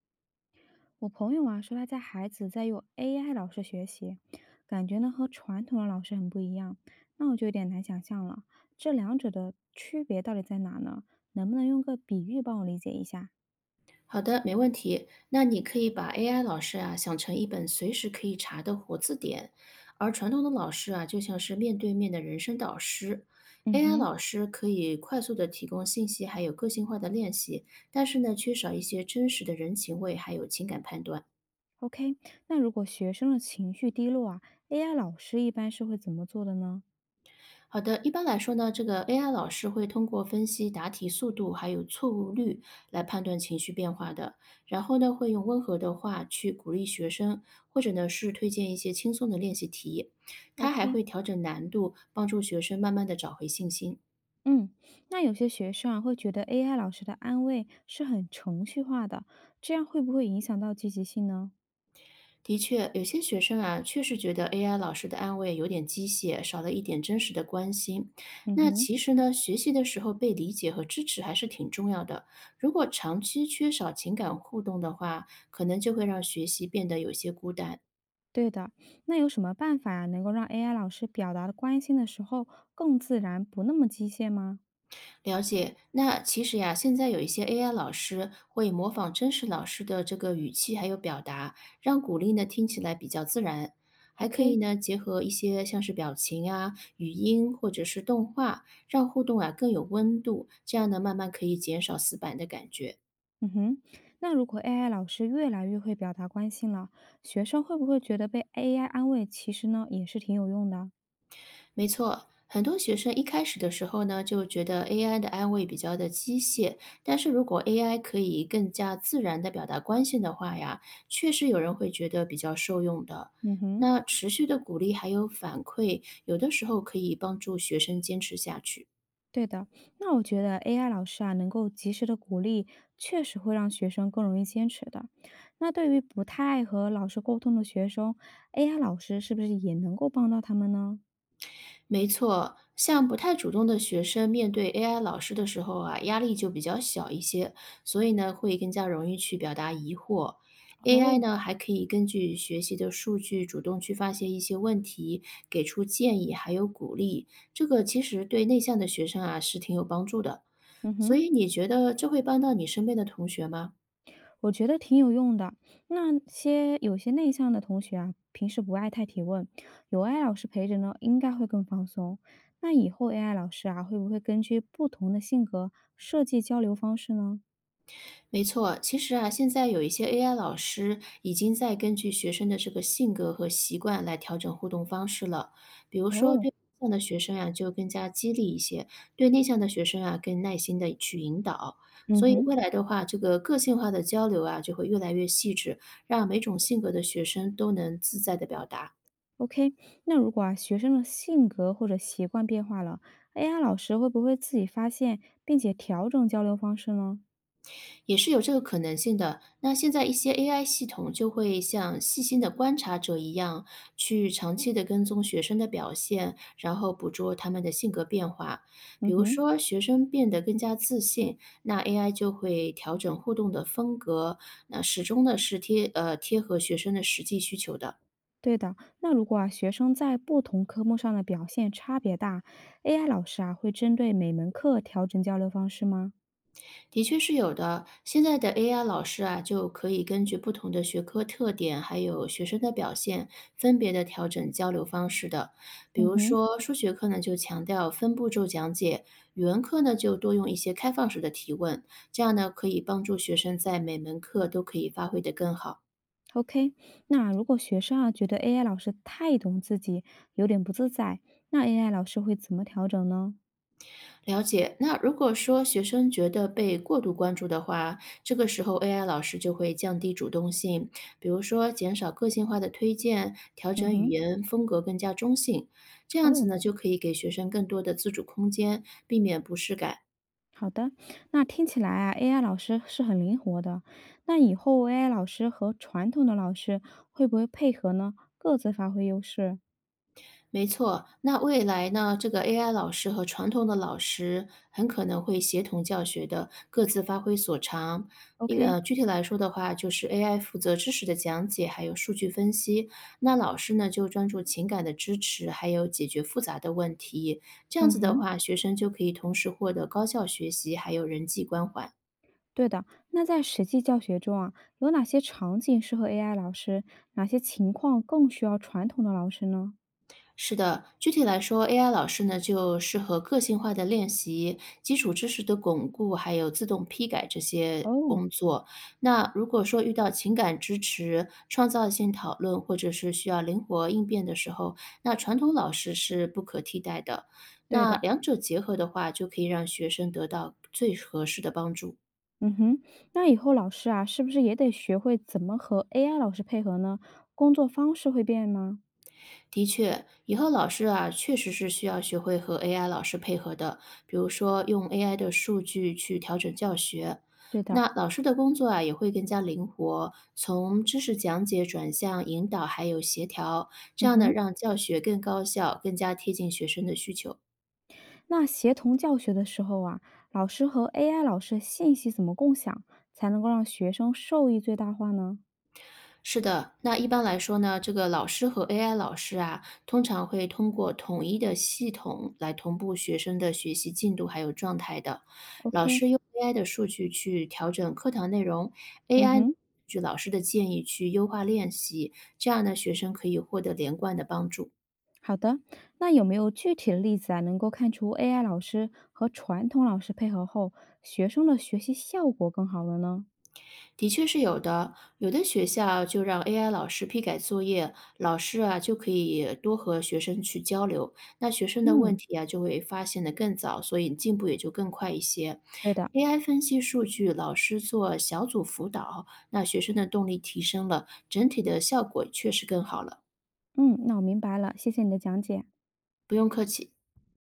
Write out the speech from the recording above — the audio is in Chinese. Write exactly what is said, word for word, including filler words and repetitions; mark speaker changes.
Speaker 1: 我朋友啊说他家孩子在用 A I 老师学习，感觉呢和传统的老师很不一样，那我就有点难想象了，这两者的区别到底在哪呢？能不能用个比喻帮我理解一下？
Speaker 2: 好的，没问题。那你可以把 A I 老师啊想成一本随时可以查的活字典，而传统的老师啊就像是面对面的人生导师。
Speaker 1: 嗯
Speaker 2: A I
Speaker 1: 哼
Speaker 2: 老师可以快速的提供信息，还有个性化的练习，但是呢，缺少一些真实的人情味，还有情感判断。
Speaker 1: ，OK。那如果学生的情绪低落啊，AI 老师一般是会怎么做的呢
Speaker 2: 好的，一般来说呢，这个 A I 老师会通过分析答题速度还有错误率来判断情绪变化的，然后呢，会用温和的话去鼓励学生，或者呢是推荐一些轻松的练习题。他还会
Speaker 1: ？OK。
Speaker 2: 调整难度，帮助学生慢慢的找回信心。
Speaker 1: 嗯，那有些学生啊会觉得 A I 老师的安慰是很程序化的，这样会不会影响到积极性呢？
Speaker 2: 的确，有些学生啊，确实觉得 A I 老师的安慰有点机械，少了一点真实的关心。
Speaker 1: 嗯
Speaker 2: 那
Speaker 1: 哼。
Speaker 2: 其实呢，学习的时候被理解和支持还是挺重要的。如果长期缺少情感互动的话，可能就会让学习变得有些孤单。
Speaker 1: 对的，那有什么办法呀能够让 A I 老师表达的关心的时候更自然，不那么机械吗
Speaker 2: 了解，那其实呀，现在有一些 A I 老师会模仿真实老师的这个语气还有表达，让鼓励呢听起来比较自然，还可以
Speaker 1: ？OK。
Speaker 2: 呢结合一些像是表情啊、语音或者是动画，让互动啊更有温度，这样呢慢慢可以减少死板的感觉。
Speaker 1: 嗯哼。那如果 A I 老师越来越会表达关心了，学生会不会觉得被 A I 安慰，其实呢也是挺有用的？
Speaker 2: 没错，很多学生一开始的时候呢，就觉得 A I 的安慰比较的机械，但是如果 A I 可以更加自然的表达关心的话呀，确实有人会觉得比较受用的。
Speaker 1: 嗯哼。
Speaker 2: 那持续的鼓励还有反馈，有的时候可以帮助学生坚持下去。
Speaker 1: 对的，那我觉得 A I 老师啊能够及时的鼓励，确实会让学生更容易坚持的。那对于不太爱和老师沟通的学生，A I 老师是不是也能够帮到他们呢？
Speaker 2: 没错，像不太主动的学生面对 A I 老师的时候啊，压力就比较小一些，所以呢，会更加容易去表达疑惑。A I
Speaker 1: 哦。
Speaker 2: 呢，还可以根据学习的数据主动去发现一些问题，给出建议还有鼓励。这个其实对内向的学生啊是挺有帮助的。
Speaker 1: 嗯
Speaker 2: 所
Speaker 1: 哼。
Speaker 2: 以你觉得这会帮到你身边的同学吗？
Speaker 1: 我觉得挺有用的。那些有些内向的同学啊，平时不爱太提问，有 A I 老师陪着呢，应该会更放松。那以后 A I 老师啊，会不会根据不同的性格设计交流方式呢？
Speaker 2: 没错，其实啊，现在有一些 A I 老师已经在根据学生的这个性格和习惯来调整互动方式了。比如说，
Speaker 1: 哦。
Speaker 2: 对外向的学生啊，就更加激励一些；对内向的学生啊，更耐心的去引导。
Speaker 1: 嗯
Speaker 2: 所以
Speaker 1: 哼
Speaker 2: 未来的话，这个个性化的交流啊，就会越来越细致，让每种性格的学生都能自在的表达。
Speaker 1: ，OK。那如果啊，学生的性格或者习惯变化了，A I 老师会不会自己发现并且调整交流方式呢？
Speaker 2: 也是有这个可能性的。那现在一些 A I 系统就会像细心的观察者一样，去长期的跟踪学生的表现，然后捕捉他们的性格变化。比
Speaker 1: 嗯
Speaker 2: 如
Speaker 1: 哼。
Speaker 2: 说，学生变得更加自信，那 A I 就会调整互动的风格，那始终呢是贴呃贴合学生的实际需求的。
Speaker 1: 对的，那如果啊学生在不同科目上的表现差别大，A I 老师啊会针对每门课调整交流方式吗？
Speaker 2: 的确是有的。现在的 A I 老师啊，就可以根据不同的学科特点，还有学生的表现，分别的调整交流方式的。比
Speaker 1: 嗯
Speaker 2: 如
Speaker 1: 哼
Speaker 2: 说，数学课呢就强调分步骤讲解，语文课呢就多用一些开放式的提问，这样呢可以帮助学生在每门课都可以发挥得更好。
Speaker 1: ，OK。那如果学生啊觉得 A I 老师太懂自己，有点不自在，那 AI 老师会怎么调整呢？
Speaker 2: 了解。那如果说学生觉得被过度关注的话，这个时候 A I 老师就会降低主动性，比如说减少个性化的推荐，调
Speaker 1: 嗯
Speaker 2: 整语
Speaker 1: 哼。
Speaker 2: 言风格更加中性。这样子
Speaker 1: 哦。
Speaker 2: 呢，就可以给学生更多的自主空间，避免不适感。
Speaker 1: 好的。那听起来啊，A I 老师是很灵活的。那以后 A I 老师和传统的老师会不会配合呢？各自发挥优势
Speaker 2: 没错，那未来呢？这个 A I 老师和传统的老师很可能会协同教学的，各自发挥所长。因为
Speaker 1: ？OK。
Speaker 2: 呃，具体来说的话，就是 A I 负责知识的讲解，还有数据分析；那老师呢，就专注情感的支持，还有解决复杂的问题。这样
Speaker 1: 嗯
Speaker 2: 子的
Speaker 1: 哼。
Speaker 2: 话，学生就可以同时获得高效学习，还有人际关怀。
Speaker 1: 对的，那在实际教学中啊，有哪些场景适合 A I 老师？哪些情况更需要传统的老师呢？
Speaker 2: 是的，具体来说，A I 老师呢就适合个性化的练习、基础知识的巩固，还有自动批改这些
Speaker 1: 哦。
Speaker 2: 工作。那如果说遇到情感支持、创造性讨论，或者是需要灵活应变的时候，那传统老师是不可替代的。
Speaker 1: 对
Speaker 2: 那
Speaker 1: 的。
Speaker 2: 两者结合的话，就可以让学生得到最合适的帮助。
Speaker 1: 嗯哼。那以后老师啊，是不是也得学会怎么和 A I 老师配合呢？工作方式会变吗？
Speaker 2: 的确，以后老师啊，确实是需要学会和 A I 老师配合的，比如说用 A I 的数据去调整教学。
Speaker 1: 对的。
Speaker 2: 那老师的工作啊，也会更加灵活，从知识讲解转向引导，还有协调，这
Speaker 1: 嗯
Speaker 2: 样呢，
Speaker 1: 哼。
Speaker 2: 让教学更高效，更加贴近学生的需求。
Speaker 1: 那协同教学的时候啊，老师和 A I 老师信息怎么共享，才能够让学生受益最大化呢
Speaker 2: 是的，那一般来说呢，这个老师和 A I 老师啊，通常会通过统一的系统来同步学生的学习进度还有状态的。老
Speaker 1: ？OK。
Speaker 2: 师用 A I 的数据去调整课堂内容
Speaker 1: 嗯
Speaker 2: ，A I
Speaker 1: 哼。
Speaker 2: 据老师的建议去优化练习，这样呢，学生可以获得连贯的帮助。
Speaker 1: 好的，那有没有具体的例子啊，能够看出 A I 老师和传统老师配合后，学生的学习效果更好了呢？
Speaker 2: 的确是有的，有的学校就让 A I 老师批改作业，老师啊就可以多和学生去交流，那学生的问
Speaker 1: 嗯，
Speaker 2: 题啊就会发现的更早，所以进步也就更快一些。
Speaker 1: 对的。
Speaker 2: A I 分析数据，老师做小组辅导，那学生的动力提升了，整体的效果确实更好了。
Speaker 1: 嗯，那我明白了，谢谢你的讲解。
Speaker 2: 不用客气。